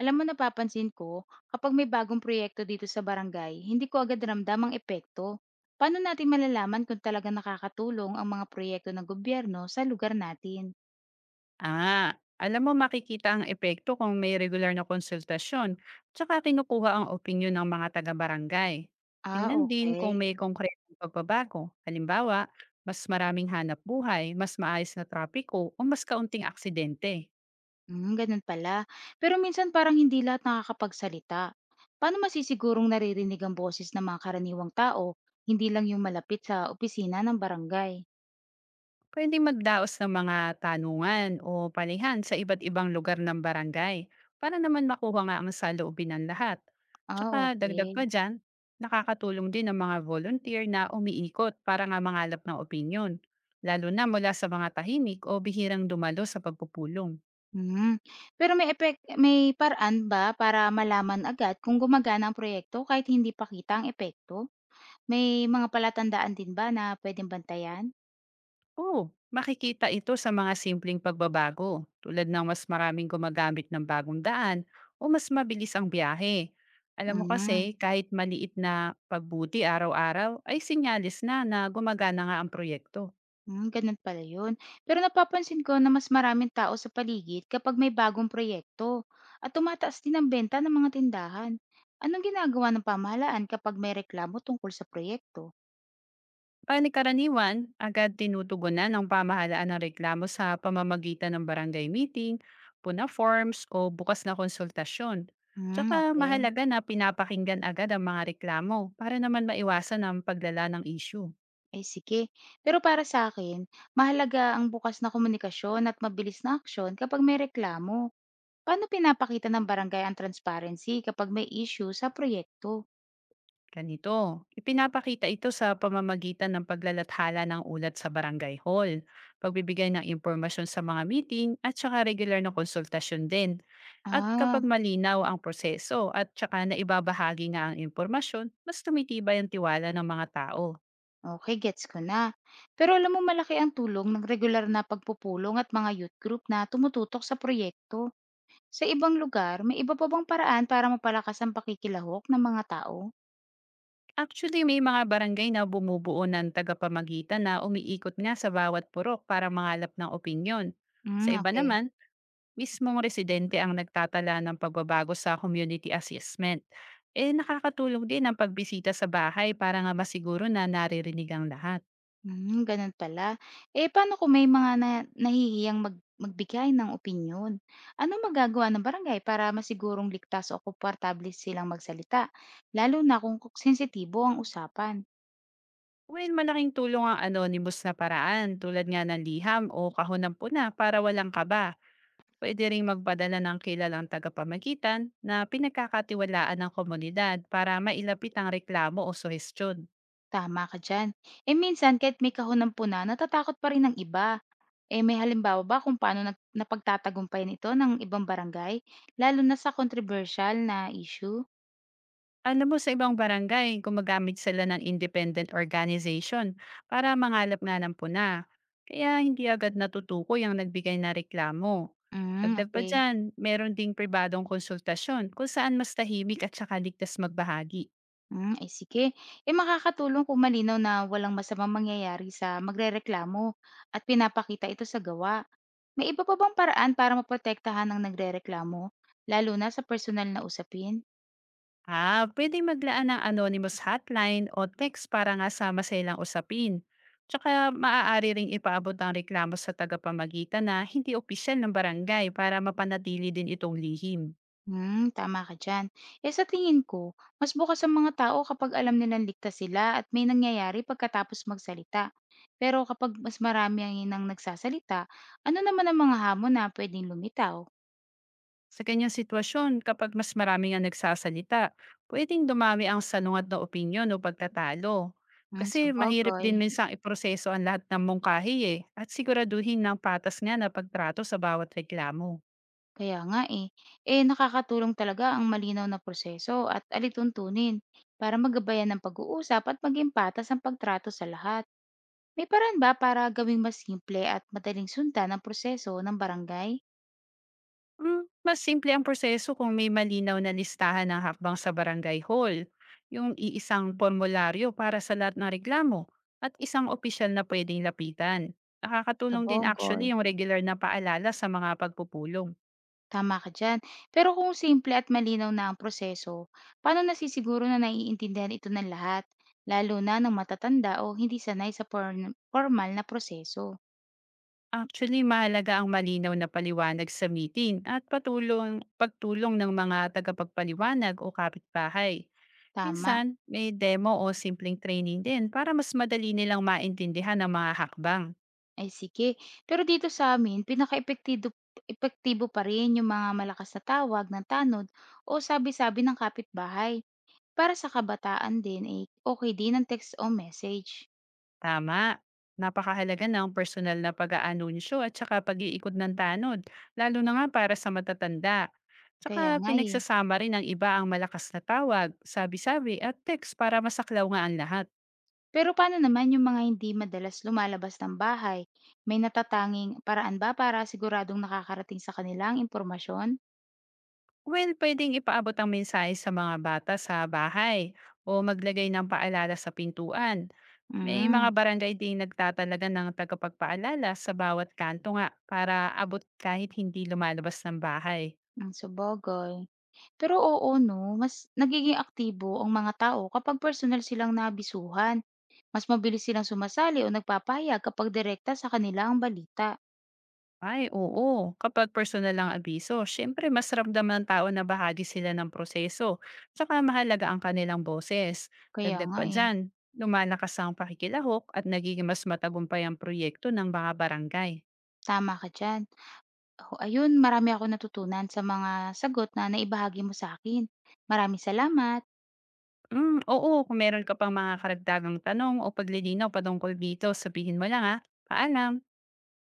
Alam mo napapansin ko, kapag may bagong proyekto dito sa barangay, hindi ko agad ramdam ang epekto. Paano natin malalaman kung talaga nakakatulong ang mga proyekto ng gobyerno sa lugar natin? Alam mo makikita ang epekto kung may regular na konsultasyon tsaka kinukuha ang opinyon ng mga taga-barangay. Ah, Tingnan din kung okay. may konkretong pagbabago. Halimbawa, mas maraming hanap buhay, mas maayos na trapiko, o mas kaunting aksidente. Hmm, ganun pala. Pero minsan parang hindi lahat nakakapagsalita. Paano masisigurong naririnig ang boses ng mga karaniwang tao, hindi lang yung malapit sa opisina ng barangay? Pwedeng magdaos ng mga tanungan o palihan sa iba't ibang lugar ng barangay para naman makuha nga ang saloobin ng lahat. Ah, Tsaka dagdag pa okay. dyan, nakakatulong din ang mga volunteer na umiikot para nga mangalap ng opinyon, lalo na mula sa mga tahimik o bihirang dumalo sa pagpupulong. Hmm, pero may paraan ba para malaman agad kung gumagana ang proyekto kahit hindi pa kita ang epekto? May mga palatandaan din ba na puwedeng bantayan? Oo, makikita ito sa mga simpleng pagbabago tulad ng mas maraming gumagamit ng bagong daan o mas mabilis ang biyahe. Alam mo Hmm, kasi, kahit maliit na pagbuti araw-araw ay sinyalis na na gumagana nga ang proyekto. hmm, gano'n pala 'yun. Pero napapansin ko na mas maraming tao sa paligid kapag may bagong proyekto at tumataas din ang benta ng mga tindahan. Anong ginagawa ng pamahalaan kapag may reklamo tungkol sa proyekto? Panikaraniwan, agad tinutugunan ng pamahalaan ng reklamo sa pamamagitan ng barangay meeting, puna forms o bukas na konsultasyon. Hmm, Tsaka okey. mahalaga na pinapakinggan agad ang mga reklamo para naman maiwasan ang paglala ng issue. Ay, sige. Pero para sa akin, mahalaga ang bukas na komunikasyon at mabilis na aksyon kapag may reklamo. Paano pinapakita ng barangay ang transparency kapag may issue sa proyekto? Ganito, ipinapakita ito sa pamamagitan ng paglalathala ng ulat sa barangay hall, pagbibigay ng impormasyon sa mga meeting at saka regular na konsultasyon din. At Ah, kapag malinaw ang proseso at saka na ibabahagi nga ang impormasyon, mas tumitibay ang tiwala ng mga tao. okay, gets ko na. Pero alam mo malaki ang tulong ng regular na pagpupulong at mga youth group na tumututok sa proyekto. Sa ibang lugar, may iba pa bang paraan para mapalakas ang pakikilahok ng mga tao? Actually, may mga barangay na bumubuo ng tagapamagitan na umiikot nga sa bawat purok para mangalap ng opinyon. Sa Hmm, iba okay. naman, mismong residente ang nagtatala ng pagbabago sa community assessment. Eh nakakatulong din ang pagbisita sa bahay para nga masiguro na naririnig ang lahat. Hmm, ganun pala. Eh, paano kung may mga nahihiyang magbigay ng opinyon? Ano magagawa ng barangay para masigurong ligtas o komportable silang magsalita, lalo na kung sensitibo ang usapan? Well, malaking tulong ang anonymous na paraan tulad nga ng liham o kahon ng puna para walang kaba. Pwede rin magpadala ng kilalang tagapamagitan na pinagkakatiwalaan ng komunidad para mailapit ang reklamo o suhestyon. Tama ka dyan. Eh, minsan kahit may kahon po na, natatakot pa rin ng iba. Eh, may halimbawa ba kung paano napagtatagumpayan ito ng ibang barangay, lalo na sa controversial na issue? Alam mo sa ibang barangay, gumagamit sila ng independent organization para mangalap nga ng puna. Kaya hindi agad natutukoy ang nagbigay na reklamo. Hmm, Dagdag pa okay. dyan, meron ding pribadong konsultasyon kung saan mas tahimik at saka ligtas magbahagi. Hmm, ay, sige. Eh, makakatulong kung malinaw na walang masamang mangyayari sa magrereklamo at pinapakita ito sa gawa. May iba pa bang paraan para maprotektahan ang nagrereklamo, lalo na sa personal na usapin? Ah, pwede maglaan ng anonymous hotline o text para nga sama silang usapin. Tsaka maaari ring ipaabot ang reklamo sa tagapamagitan na hindi opisyal ng barangay para mapanatili din itong lihim. Hmm, tama ka dyan. Eh, sa tingin ko, mas bukas ang mga tao kapag alam nilang ligtas sila at may nangyayari pagkatapos magsalita. Pero kapag mas marami ang inang nagsasalita, ano naman ang mga hamon na pwedeng lumitaw? Sa ganyang sitwasyon, kapag mas marami ang nagsasalita, pwedeng dumami ang sanungat na opinyon o pagtatalo. Hmm, sa Kasi mahirap din bagay. minsang iproseso ang lahat ng mungkahi eh, at siguraduhin ng patas nga na pagtrato sa bawat reklamo. Kaya nga, eh. Eh, nakakatulong talaga ang malinaw na proseso at alituntunin para magabayan ng pag-uusap at maging patas ang pagtrato sa lahat. May paraan ba para gawing mas simple at madaling sundan ang proseso ng barangay? Mas simple ang proseso kung may malinaw na listahan ng hakbang sa barangay hall, yung iisang formularyo para sa lahat ng reklamo, at isang opisyal na pwedeng lapitan. Sa Nakakatulong din actually Bogor. yung regular na paalala sa mga pagpupulong. Tama ka dyan. Pero kung simple at malinaw na ang proseso, paano nasisiguro na naiintindihan ito ng lahat? Lalo na ng matatanda o hindi sanay sa formal na proseso. Actually, mahalaga ang malinaw na paliwanag sa meeting at pagtulong ng mga tagapagpaliwanag o kapitbahay. Tama. Minsan, may demo o simpleng training din para mas madali nilang maintindihan ang mga hakbang. Ay, sige. Pero dito sa'min epektibo pa rin yung mga malakas na tawag ng tanod o sabi-sabi ng kapitbahay. Para sa kabataan din, eh, okey din ang text o message. Tama. Napakahalaga ng personal na pag-aanunsyo at saka pag-iikot ng tanod, lalo na nga para sa matatanda. Kaya Tsaka nga, eh. pinagsasama rin ng iba ang malakas na tawag, sabi-sabi at text para masaklaw nga ang lahat. Pero paano naman yung mga hindi madalas lumalabas ng bahay? May natatanging paraan ba para siguradong nakakarating sa kanilang impormasyon? Well, pwedeng ipaabot ang mensahe sa mga bata sa bahay o maglagay ng paalala sa pintuan. May mga Hmm, barangay din nagtatalaga ng tagapagpaalala sa bawat kanto nga para abot kahit hindi lumalabas ng bahay. hmm, sabagay. Pero oo 'no, mas nagiging aktibo ang mga tao kapag personal silang nabisuhan. Mas mabilis silang sumasali o nagpapahayag kapag direkta sa kanila ang balita. Ay, oo. Kapag personal lang abiso, syempre mas ramdaman ng tao na bahagi sila ng proseso. Tsaka mahalaga ang kanilang boses. Kaya Dagdag nga, pa eh, dyan, lumalakas ang pakikilahok at nagiging mas matagumpay ang proyekto ng mga barangay. tama ka diyan. Oh, ayun, marami akong natutunan sa mga sagot na naibahagi mo sa akin. Maraming salamat. Hmm, oo, kung meron ka pang mga karagdagang tanong o paglilinaw patungkol dito, sabihin mo lang, ha. Paalam.